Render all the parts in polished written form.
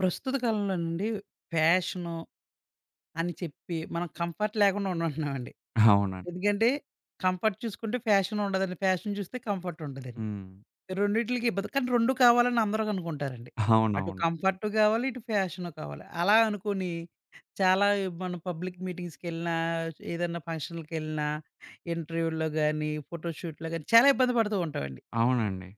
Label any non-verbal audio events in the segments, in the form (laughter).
ప్రస్తుత కాలంలోనండి ఫ్యాషను అని చెప్పి మనం కంఫర్ట్ లేకుండా ఉంటున్నామండి. అవునండి. ఎందుకంటే కంఫర్ట్ చూసుకుంటే ఫ్యాషన్ ఉండదండి. ఫ్యాషన్ చూస్తే కంఫర్ట్ ఉండదండి. హ్మ్. రెండిట్లికి ఇబ్బంది. కానీ 2 కావాలని అందరూ అనుకుంటారండి. అటు అవునవును. కంఫర్ట్ కావాలి. ఇటు ఫ్యాషను కావాలి. అలా అనుకోని చాలా మన పబ్లిక్ మీటింగ్స్‌కెళ్ళినా, ఏదైనా ఫంక్షన్‌లకెళ్ళినా, ఇంటర్వ్యూల్లో గాని, ఫోటోషూట్‌లో గాని చాలా ఇబ్బంది పడుతూ ఉంటామండి. అవునండి.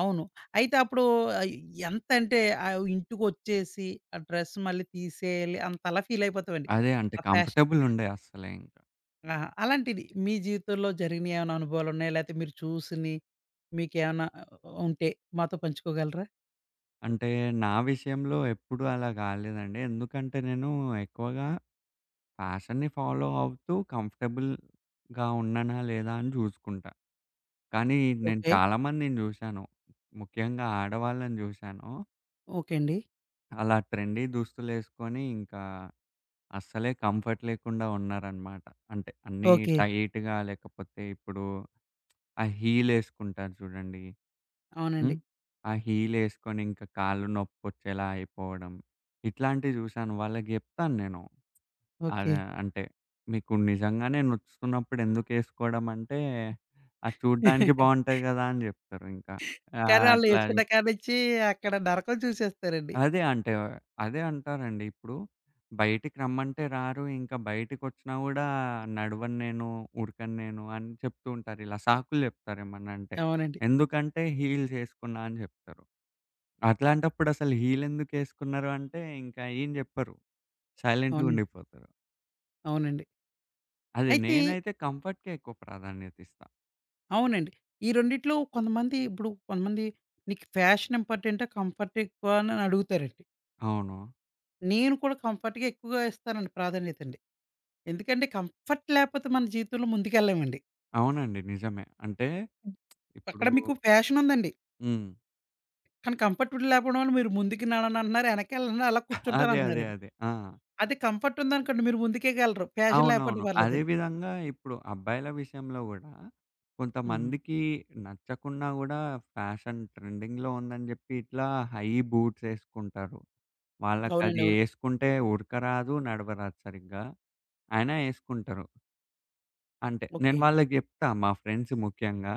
అవును. అయితే అప్పుడు ఆహ్, ఎంతంటే ఇంటికొచ్చేసి ఆ డ్రెస్ మళ్ళీ తీసేయాలి అంతలా ఫీల్ అయిపోతామండి. అదే అంటే ఆ ఫ్యాషన్ కంఫర్టబుల్ ఉండే అస్సలే ఇంక. ఆహా! అలాంటిది మీ జీవితంలో జరిగినయి ఏమైనా అనుభవాలున్నాయా? లేతే మీరు చూసినయి మీకేమన్నా ఉంటే మాతో పంచుకోగలరా? అంటే నా విషయంలో ఎప్పుడూ అలా కాలేదండి. ఎందుకంటే నేను ఎక్కువగా ఫ్యాషన్‌ని ఫాలో అవుతూ కంఫర్టబుల్‌గా ఉన్నానా లేదా అని చూసుకుంటా. కానీ నేను ఓకే. చాలా మందిని చూశాను. ముఖ్యంగా ఆడవాళ్ళని చూశాను. ఓకే అండి. అలా ట్రెండీ దుస్తులేసుకొని ఇంకా అస్సలే కంఫర్ట్ లేకుండా ఉన్నారనమాట. అంటే అన్నీ ఓకే. టైట్‌గా లేకపోతే ఇప్పుడు ఆ హీలేసుకుంటారు చూడండి. హ్మ్. అవునండి. ఆ హీలేసుకొని ఇంకా కాళ్ళు నొప్పొచ్చేలా అయిపోవడం. ఇట్లాంటివి చూశాను. వాళ్ళకి జెప్తాను నేను. ఆహ్, ఓకే. అంటే మీకు నిజంగానే నొస్తున్నప్పుడు ఎందుకేసుకోవడం అంటే, అది చూడ్డానికి (laughs) బావుంటది గదా! అని జెప్తారు ఇంకా. కానీ అట్లా ఆళ్ళేసుకున్న కాడ నుంచి అక్కడ నరకం చూసేస్తారండి. అదే అంటే అదే అంటారండి. ఇప్పుడు బయటికి రమ్మంటే రారు. ఇంకా బయటికొచ్చినా గూడా నడవను నేను, ఉరకను నేను అని చెప్తూ ఉంటారు. ఇలా సాకులు జెప్తారు ఏమన్నా అంటే. అవునండి. ఎందుకంటే హీల్స్ ఏసుకున్నా అని జెప్తారు. అట్లాంటప్పుడు అసలు హీల్ ఎందుకేసుకున్నారు అంటే ఇంకా ఏం జెప్పరు. సైలెంట్‌గా అవునండి. ఉండిపోతారు. అవునండి. అదే అయితే నేనైతే కంఫర్ట్‌కే ఎక్కువ ప్రాధాన్యత ఇస్తా. అవునండి. ఈ రెండిట్లో కొంతమంది ఇప్పుడు "నీకు ఫ్యాషన్ ఇంపార్టెంటా? కంఫర్ట్ ఎక్కువ" అని అడుగుతారండి. అవును. నేను కూడా కంఫర్ట్‌కే ఎక్కువగా ఇస్తానండి ప్రాధాన్యతండి. ఎందుకంటే కంఫర్ట్ లేపోతే మన జీవితంలో ముందుకెళ్ళమండి. అవునండి. నిజమే. అంటే ఇప్పుడు అక్కడ మీకు ఫ్యాషన్ ఉందండి. హ్మ్. కానీ కంఫర్ట్ లేకపోవడం వల్ల మీరు ముందుకి నడవనంటున్నారు, ఎనకెళ్ళను అలా అదే. అదే. కూర్చుంటానంటున్నారండి. అదే. ఆ! అదే కంఫర్ట్ ఉందనుకోండి మీరు ముందుకేగలరు. ఫ్యాషన్ లేకపోయినా అవునవును. అదే పర్లేదండి. విధంగా ఇప్పుడు అబ్బాయిల విషయంలో గూడా, హ్మ్. కొంతమందికి నచ్చకున్నా గూడా ఫ్యాషన్ ట్రెండింగ్‌లో ఉందని జెప్పి ఇట్లా హై బూట్సేసుకుంటారు. అవునండి. వాళ్ళకది అవును. యేసుకుంటే ఉడకరాదు, నడవరాదు సరిగ్గా. అయినా యేసుకుంటారు. అంటే నేను ఓకే. వాళ్ళకి జెప్తా మా ఫ్రెండ్స్ ముఖ్యంగా,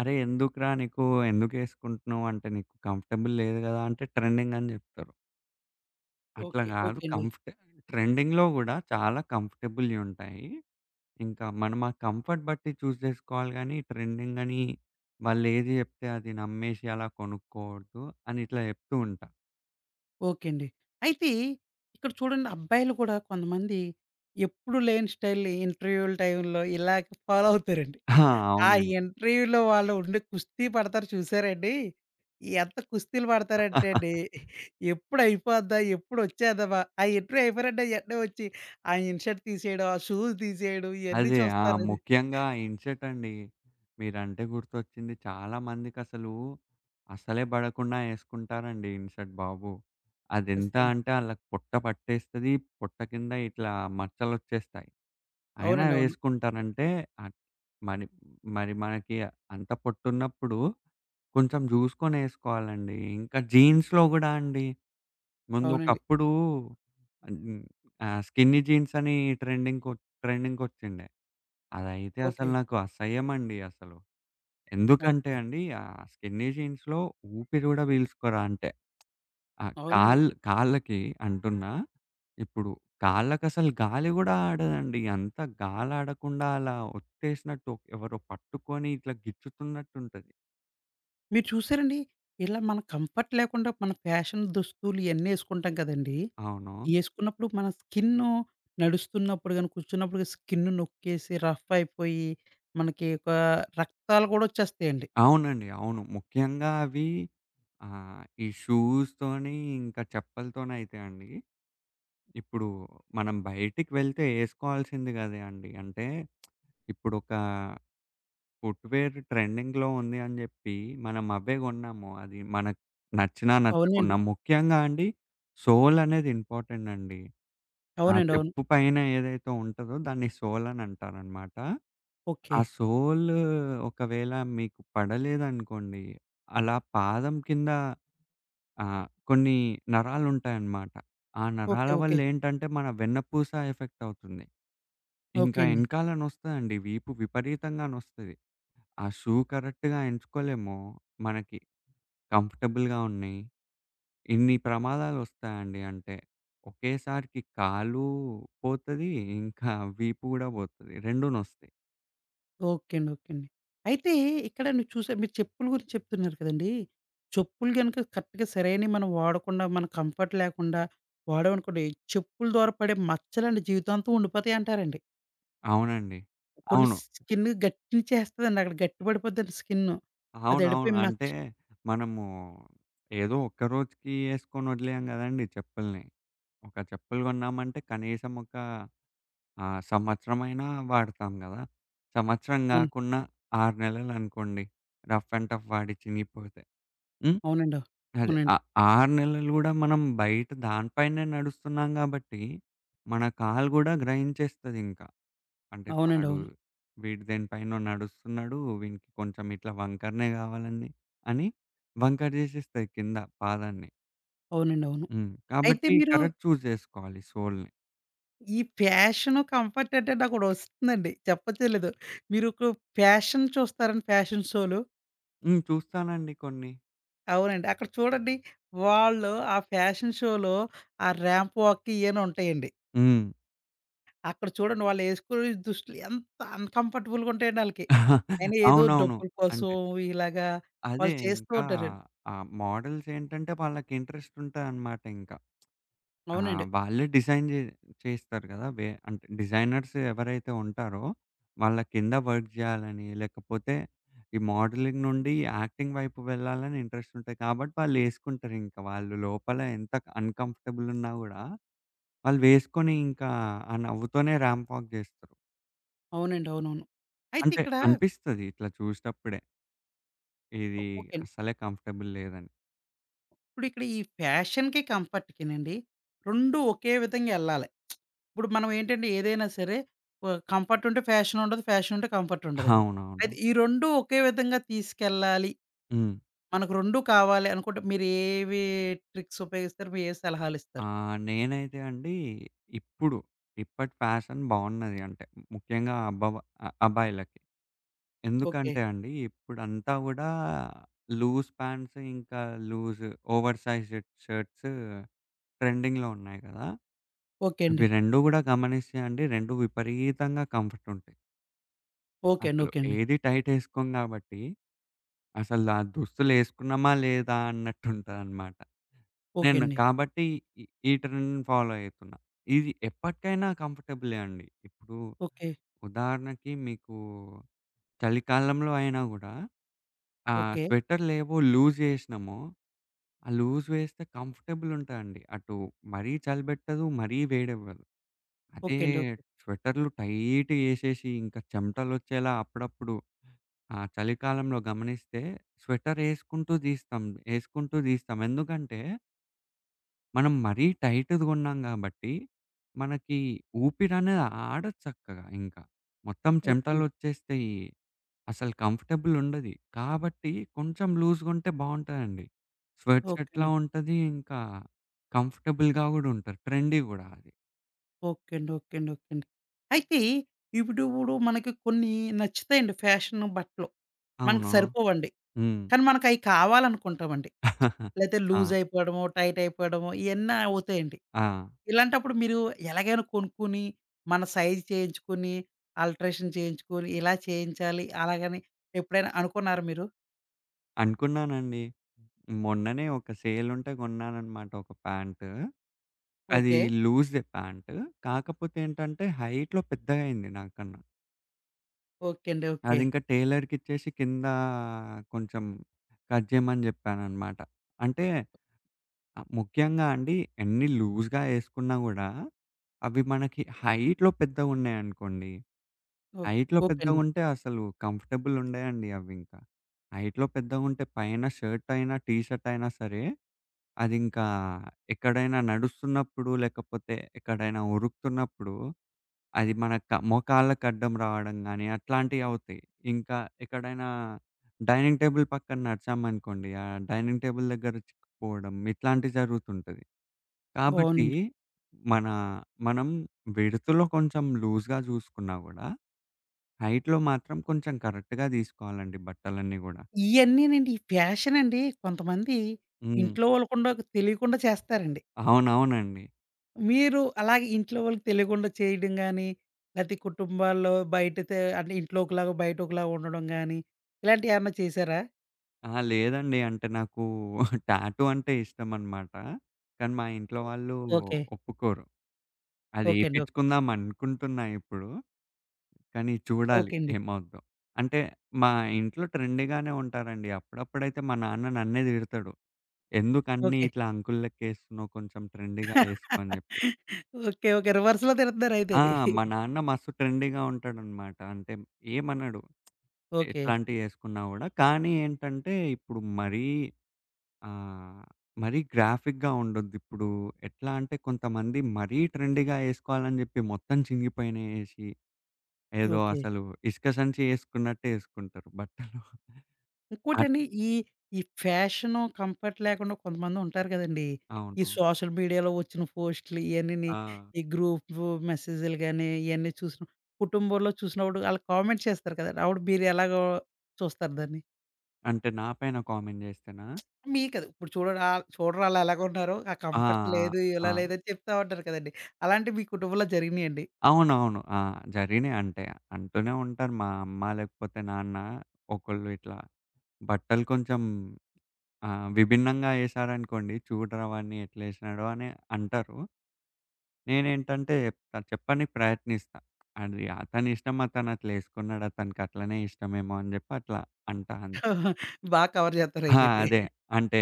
"అరే! ఎందుకురా నీకు ఎందుకేసుకుంటున్నావు? అంటే నీకు కంఫర్టబుల్ లేదు గదా!" అంటే ట్రెండింగ్ అని జెప్తారు. అట్లా ఓకే. గాదు ఓకే అండి. కంఫర్ట్ ట్రెండింగ్‌లో గూడా చాలా కంఫర్టబుల్‌వి ఉంటాయి. ఇంకా మనం ఆ కంఫర్ట్ బట్టి చూస్ జేసుకోవాలి గానీ, ట్రెండింగ్ అని వాళ్ళేది జెప్తే అది నమ్మేసి అలా కొనుక్కోవద్దు అని ఇట్లా జెప్తూ ఉంటా. ఓకే అండి. అయితే ఇక్కడ చూడండి అబ్బాయిలు కూడా కొంతమంది ఎప్పుడు లేని స్టైల్ ఇంటర్వ్యూల టైంలో ఇలాగ ఫాలో అవుతారండి. ఆ! (laughs) ఆ అవునండి. ఇంటర్వ్యూలో వాళ్ళు ఉండే కుస్తీ పడతారు చూసారండి? ఎంత కుస్తీలు పడతారంటే అండి ఎప్పుడు అయిపోద్దా? ఎప్పుడు వచ్చేద్దామా? ఆ ఇంటర్వ్యూ అయిపోయారంటే ఎట్నే వచ్చి ఆ ఇన్‌షర్ట్ తీసేయడం, ఆ షూస్ తీసేయడం ఇయన్నీ అదే. ఆ! చూస్తారు కదా! ముఖ్యంగా ఇన్‌షర్ట్ అండి. మీరంటే గుర్తొచ్చింది. చాలా మందికసలు అసలే బడకుండా యేసుకుంటారండి ఇన్‌షర్ట్ బాబు. అదెంత అసలు. అంటే ఆళ్ళకి పొట్ట పట్టేస్తది. పొట్ట కింద ఇట్లా మచ్చలొచ్చేస్తాయి. అయినా అవునండి. అవును. వేసుకుంటారంటే అట్ మరి మరి మనకి అంత పొట్టున్నప్పుడు కొంచెం జూసుకొనేసుకోవాలండి. ఇంకా జీన్స్‌లో గూడా అండి. ముందు అవునండి. ఒకప్పుడు హ్మ్. స్కిన్నీ జీన్స్ అని ట్రెండింగ్‌కొ ట్రెండింగ్‌కొచ్చిండే. అదైతే ఓకే. అసలు నాకు అసహ్యమండి అసలు. ఎందుకంటే ఓకే. అండి, ఆ స్కిన్నీ జీన్స్‌లో ఊపిరి గూడా పీల్చుకోరా అంటే. ఆ అవునండి. కాళ్ళకి అంటున్నా, ఇప్పుడు కాళ్ళకసలు గాలి గూడా ఆడదండి. అంత గాలాడకుండా అలా ఒత్తేసినట్టు ఎవరో పట్టుకొని ఇట్లా గిచ్చుతున్నట్టుంటది. మీరు చూసారండి? ఇలా మన కంఫర్ట్ లేకుండా మన ఫ్యాషన్ దుస్తులు ఇయన్నీ ఎసుకుంటాం కదండీ! అవును. ఎసుకున్నప్పుడు మన స్కిన్ను నడుస్తున్నప్పుడు గాని, కూర్చున్నప్పుడు స్కిన్ నొక్కేసి రఫ్ అయిపోయి, మనకి ఒక రక్తాలు గూడా వచ్చేస్తాయండి. అవునండి. అవును. ముఖ్యంగా అవి ఈ షూస్‌తోని ఇంకా చెప్పులతోనైతే అండి, ఇప్పుడు మనం బయటికి వెళ్తే ఏసుకోవాల్సింది గదే అండి. అంటే ఇప్పుడొక ఫుట్‌వేర్ ట్రెండింగ్‌లో ఉంది అని జెప్పి మనం అవే గొన్నాము. అది మనకు నచ్చినా, నచ్చకున్నా. అవునండి. ముఖ్యంగా అండి సోల్ అనేది ఇంపార్టెంట్ అండి. ఆ అవునండి. అవును. చెప్పు పైన ఏదైతే ఉంటదో దాన్ని సోల్ అని అంటారనమాట. ఓకే. ఆ సోల్ ఒకవేళ మీకు పడలేదనుకోండి, అలా పాదం కింద కొన్ని నరాలుంటాయన్నమాట. ఆ ఓకే. నరాల ఓకే. వల్లేంటంటే, మన వెన్నపూస ఎఫెక్ట్ అవుతుంది. ఇంకా ఓకే అండి. ఎనకాల నొస్తదండి. వీపు విపరీతంగా నొస్తది. ఆ షూ కరెక్ట్‌గా ఎంచుకోలేము. మనకి కంఫర్టబుల్‌గా ఉన్నయి. ఇన్ని ప్రమాదాలొస్తాయండి. అంటే, ఒకేసారికి కాలు పోతది, ఇంకా వీపు గూడా పోతది. 2 నొస్తయి. ఓకే అండి. ఓకే అండి. అయితే ఇక్కడ నువ్వు చూసే మీరు చెప్పుల గురించి చెప్తున్నారు కదండీ! చెప్పులు గనుక కరెక్ట్‌గా సరైనవి మనం వాడకుండా మన కంఫర్ట్ లేకుండా వాడామనుకోండి, చెప్పుల ద్వారా పడే మచ్చలండి జీవితాంతం ఉండిపోతాయంటారండి. అవునండి. కొన్ని అవును. స్కిన్ గట్టించేస్తదండి. అక్కడ గట్టి పడిపోద్దండి స్కిన్ను. అది అవునవును. ఎడిపోయి మచ్చ అంటే మనము ఏదో ఒక్క రోజుకి యేసుకొని వదిలేయం గదండీ చెప్పుల్ని. ఒక చెప్పులు గొన్నామంటే కనీసం ఒక సంవత్సరమైనా వాడతాం గదా! సంవత్సరం అవును. గాకున్నా 6 నెలలనుకోండి. రఫ్ అండ్ టఫ్ వాడి చినిగిపోతే. హ్మ్. అవునండి. అదే ఆ అవునండి. 6 నెలలు గూడా మనం బయట దాని పైనే నడుస్తున్నాం గాబట్టి, మన కాలు గూడా గ్రహించేస్తదింక. అంటే అవునండి. అవును. వీడు దేనిపైనో నడుస్తున్నాడు. వీనికి కొంచెం ఇట్లా వంకరనే కావాలని అని వంకర చేసేస్తది కింద పాదాన్ని. అవునండి. అవును. హ్మ్. అయితే కాబట్టి మీరు కరెక్ట్ చూజ్ చేసుకోవాలి సోల్‌ని. ఈ ఫ్యాషను, కంఫర్ట్ అంటే నాకోటి వస్తుందండి. చెప్పచ్చో లేదో. మీరు ఒక ఫ్యాషన్ చూస్తారండి ఫ్యాషన్ షోలు. హ్మ్. చూస్తానండి కొన్ని. అవునండి. అక్కడ చూడండి వాళ్ళు ఆ ఫ్యాషన్ షోలో ఆ ర్యాంప్ వాక్ ఇయేని ఉంటాయండి. హ్మ్. అక్కడ చూడండి వాళ్ళేసుకునే దుస్తులు ఎంత అన్‌కంఫర్టబుల్‌గా ఉంటాయండి ఆళ్ళకి. (laughs) అయినా ఏదో అవునవును. డబ్బుల కోసం అంటే ఇలాగా అదే వాళ్ళు చేస్తూ ఇంకా ఉంటారండి. ఆ మోడల్స్ ఏంటంటే వాళ్ళకి ఇంట్రెస్ట్ ఉంటదన్నమాట ఇంక. ఆ! అవునండి. వాళ్ళే డిజైన్ జే చేస్తారు గదా! వే అంటే డిజైనర్స్ ఎవరైతే ఉంటారో, వాళ్ళ కింద వర్క్ జేయాలని, లేకపోతే ఈ మోడలింగ్ నుండి యాక్టింగ్ వైపు వెళ్ళాలని ఇంట్రెస్ట్ ఉంటాయి. కాబట్టి వాళ్ళేసుకుంటారింక. వాళ్ళు లోపల ఎంత అన్‌కంఫర్టబుల్ ఉన్నా గూడా, వాళ్ళు వేసుకొని ఇంకా ఆ నవ్వుతోనే ర్యాంప్ వాక్ జేస్తారు. అవునండి. అవునవును. అయితే అంటే ఇక్కడ అనిపిస్తది ఇట్లా చూసేటప్పుడే. ఇది ఓకే అండి. అస్సలే కంఫర్టబుల్ లేదని. ఇప్పుడు ఇక్కడ ఈ ఫ్యాషన్‌కి, కంఫర్ట్‌కినండి 2 ఒకే విధంగా యెళ్ళాలి. ఇప్పుడు మనం ఏంటంటే ఏదైనా సరే వ కంఫర్ట్ ఉంటే ఫ్యాషన్ ఉండదు. ఫ్యాషన్ ఉంటే కంఫర్ట్ ఉండదండి. అవునవును. అయితే ఈ 2 ఒకే విధంగా తీసుకెళ్ళాలి హ్మ్. మనకు 2 కావాలి అనుకుంటే మీరు ఏవి ట్రిక్స్ ఉపయోగిస్తారు? మీ ఏ ఆ! సలహాలిస్తారు? నేనైతే అండి ఇప్పుడు, ఇప్పటి ఫ్యాషన్ బావున్నది అంటే, ముఖ్యంగా అబ్బవ అ అబ్బాయిలకి. ఓకే. ఎందుకంటే అండి, ఇప్పుడంతా గూడా లూజ్ ప్యాంట్స్, ఇంకా లూజ్ ఓవర్ సైజ్ షర్ట్స్ ట్రెండింగ్‌లో ఉన్నాయి కదా! ఓకే అండి. అవి 2 గూడా గమనిస్తే అండి, 2 విపరీతంగా కంఫర్ట్ ఉంటాయి. ఓకే అండి. అసలు ఓకే అండి. ఏది టైట్ ఏసుకోం గాబట్టి అసలు ఆ దుస్తులేసుకున్నామా లేదా అన్నట్టుంటదనమాట. ఓకే నేను అండి. కాబట్టి ఈ ఈ ట్రెండ్‌ని ఫాలో అయితున్నా. ఇది ఎప్పటికైనా కంఫర్టబులే అండి. ఇప్పుడు ఓకే. ఉదాహరణకి మీకు చలికాలంలో అయినా గూడా ఆ ఓకే. స్వెటర్‌లేవో లూజ్ జేసినామో, ఆ లూజ్ వేస్తే కంఫర్టబుల్ ఉంటాయండి. అటు మరీ చలి బెట్టదు, మరీ వేడెవ్వదు. అదే ఓకే అండి. ఓకే. స్వెటర్‌లు టైట్‌గా యేసేసి ఇంకా చెమటలొచ్చేలా అప్పుడప్పుడు ఆ చలికాలంలో గమనిస్తే స్వెటరేసుకుంటూ దీస్తాం. యేసుకుంటూ దీస్తాం. ఎందుకంటే మనం మరీ టైట్‌ది గొన్నాం గాబట్టి మనకి ఊపిరనేది ఆడదు చక్కగా ఇంకా. మొత్తం ఓకే అండి. చెమటలొచ్చేస్తాయి. అసలు కంఫర్టబుల్ ఉండది. కాబట్టి కొంచెం లూజ్‌గుంటే బావుంటదండి. స్వెట్ ఓకే షర్ట్‌లా అండి. ఉంటది. ఇంకా కంఫర్టబుల్‌గా గూడా ఉంటారు. ట్రెండీ గూడా అది. ఓకే అండి. ఓకే అండి. ఓకే అండి. అయితే ఇప్పుడు ఇప్పుడు మనకి కొన్ని నచ్చుతాయండి ఫ్యాషన్ బట్టలు. మనకు అవును. సరిపోవండి. హ్మ్. కానీ మనకయి కావాలనుకుంటామండి. లేతే లూజ్ ఆ! అయిపోవడమో, టైట్ అయిపోవడమో ఇయన్నీ అవుతాయండి. ఆ! ఇలాంటప్పుడు మీరు ఎలాగైనా కొనుక్కొని, మన సైజ్ చేయించుకొని, ఆల్ట్రేషన్ చేయించుకొని, ఇలా చేయించాలి అలాగని ఎప్పుడైనా అనుకున్నారా మీరు? అనుకున్నానండి. మొన్ననే ఒక సేల్ ఉంటే కొన్నానన్నమాట ఒక ప్యాంటు. అది ఓకే. లూజే ప్యాంటు. కాకపోతే ఏంటంటే హైట్‌లో పెద్దగయింది నాకన్నా. ఓకే అండి. ఓకే. అదింకా టైలర్‌కిచ్చేసి కింద కొంచెం కట్ చేయమని చెప్పానన్నమాట. అంటే ముఖ్యంగా అండి ఎన్ని లూజ్‌గా యేసుకున్నా గూడా అవి మనకి హైట్‌లో పెద్దగున్నాయనుకోండి ఓక్ హైట్‌లో ఓకే అండి. పెద్దగుంటే అసలు కంఫర్టబుల్ ఉండయండి అవింకా. హైట్‌లో పెద్దగుంటే పైన షర్ట్ అయినా, టీ షర్ట్ అయినా సరే, అదింకా ఎక్కడైనా నడుస్తున్నప్పుడు, లేకపోతే ఎక్కడైనా ఉరుకుతున్నప్పుడు, అది మన క మోకాళ్ళకి అడ్డం రావడం గానీ, అట్లాంటియి అవుతాయి. ఇంకా ఎక్కడైనా డైనింగ్ టేబుల్ పక్కన నడిచామనుకోండి, ఆ డైనింగ్ టేబుల్ దగ్గర చిక్కుకోవడం, ఇట్లాంటియి జరుగుతుంటది. కాబట్టి అవునండి. మన మనం విడుతులో కొంచెం లూజ్‌గా చూసుకున్నా గూడా హైట్‌లో మాత్రం కొంచెం కరెక్ట్‌గా తీసుకోవాలండి బట్టలన్నీ గూడా. ఇయన్నీనండి ఈ ఫ్యాషన్ అండి కొంతమంది హ్మ్. ఇంట్లో వాళ్ళు కూడా తెలియకుండా చేస్తారండి. అవునవునండి. మీరు అలాగే ఇంట్లో వాళ్ళకి తెలియకుండా చేయడం గాని, లేతే కుటుంబాల్లో బయట తే అంటే ఇంట్లో ఒకలాగా, బయట ఒకలాగా ఉండడం గాని, ఇలాంటియేమన్నా చేశారా? అహా! లేదండి. అంటే నాకు టాటూ అంటే ఇష్టమనమాట. కానీ మా ఇంట్లో వాళ్ళు ఓకే. ఒప్పుకోరు. అది ఓకే అండి. ఓకే. ఏపిచ్చుకుందాం అనుకుంటున్నా ఇప్పుడు. కానీ చూడాలి ఓకే అండి. ఏమవుద్దో. అంటే మా ఇంట్లో ట్రెండీగానే ఉంటారండి. అప్పుడప్పుడైతే మా నాన్న నన్నే తిడతాడు. "ఎందుకు అన్నీ ఓకే. ఇట్లా అంకుల్ లెక్కేస్తున్నావు కొంచెం ట్రెండీగా ఏసుకో" అని జెప్పి. ఓకే. ఓకే. రివర్స్‌లో ఆ! తిడుతున్నారయితేని. మా నాన్న మస్తు ట్రెండీగా ఉంటాడనమాట. అంటే ఏమనడు. ఓకే. ఇట్లాంటియేసుకున్నా గూడా. కానీ ఏంటంటే, ఇప్పుడు మరీ ఆహ్, మరీ గ్రాఫిక్‌గా ఉండొద్దిప్పుడు. ఎట్లా అంటే, కొంతమంది మరీ ట్రెండీగా యేసుకోవాలని జెప్పి మొత్తం చింగిపోయినయేసి, ఏదో ఓకే. అసలు ఇసుక సంచి యేసుకున్నట్టే యేసుకుంటారు బట్టలు. అట్ ఇంకోటండి ఈ, ఈ ఫ్యాషను, కంఫర్ట్ లేకుండా కొంతమందుంటారు కదండీ! ఈ అవును. సోషల్ మీడియాలో వచ్చిన పోస్ట్‌లు ఇయన్నీని, ఆ! ఈ గ్రూపు మెసేజులు గాని, ఇయన్నీ చూసిన కుటుంబంలో చూసినప్పుడు ఆళ్ళు కామెంట్ చేస్తారు కదండీ! అప్పుడు మీరు ఎలాగో చూస్తారు దాన్ని? అంటే నా పైన కామెంట్ జేస్తేనా? మీకది ఇప్పుడు చూడండి చూడరా ఆళ్ళెలాగున్నారో, ఆ ఆ! కంఫర్ట్ ఆ! లేదు, ఇలా ఆ! లేదని చెప్తా ఉంటారు కదండీ! అలాంటివి మీ కుటుంబంలో జరిగినియండి? అవునవును. ఆ! జరిగినయి అంటే, అంటూనే ఉంటారు మా అమ్మ లేకపోతే నాన్న ఒకళ్ళు ఇట్లా బట్టలు కొంచెం ఆ! విభిన్నంగా ఏశారనుకోండి, చూడరా వాడిని ఎట్లేసినాడో అని అంటారు. నేనేంటంటే చెప్తా, చెప్పనీకి ప్రయత్నిస్తా. అది అతని ఇష్టం అతనట్లేసుకున్నాడు. అతనికట్లనే ఇష్టమేమో అని జెప్పి అట్లా అంటా అంతే. బాగా కవర్ ఆ! చేత్తారయితేటి. అదే. అంటే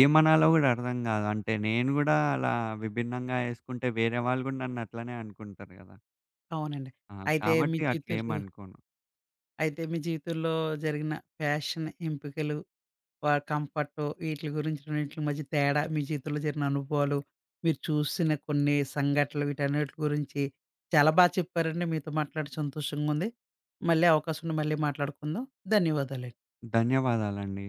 ఏమనాలో గూడా అర్థం గాదు. అంటే నేను గూడా అలా విభిన్నంగా ఏసుకుంటే వేరే వాళ్ళు గూడా నన్నట్లనే అనుకుంటారు గదా! అవునండి. ఆ! అయితే మీ కాబట్టి జీవితంలో అట్లేమనుకోను. అయితే మీ జీవితంలో జరిగిన ఫ్యాషన్ ఎంపికలు, వ కంఫర్ట్ వీట్లి గురించి రెండిట్లి మధ్య తేడా, మీ జీవితంలో జరిగిన అనుభవాలు, మీరు చూసిన కొన్ని సంఘటనలు వీటన్నిటి గురించి చాలా బాగా చెప్పారండి. మీతో మాట్లాడి సంతోషంగా ఉంది. మళ్ళీ అవకాశం ఉంటే మళ్ళీ మాట్లాడుకుందాం. ధన్యవాదాలండి. ధన్యవాదాలండి.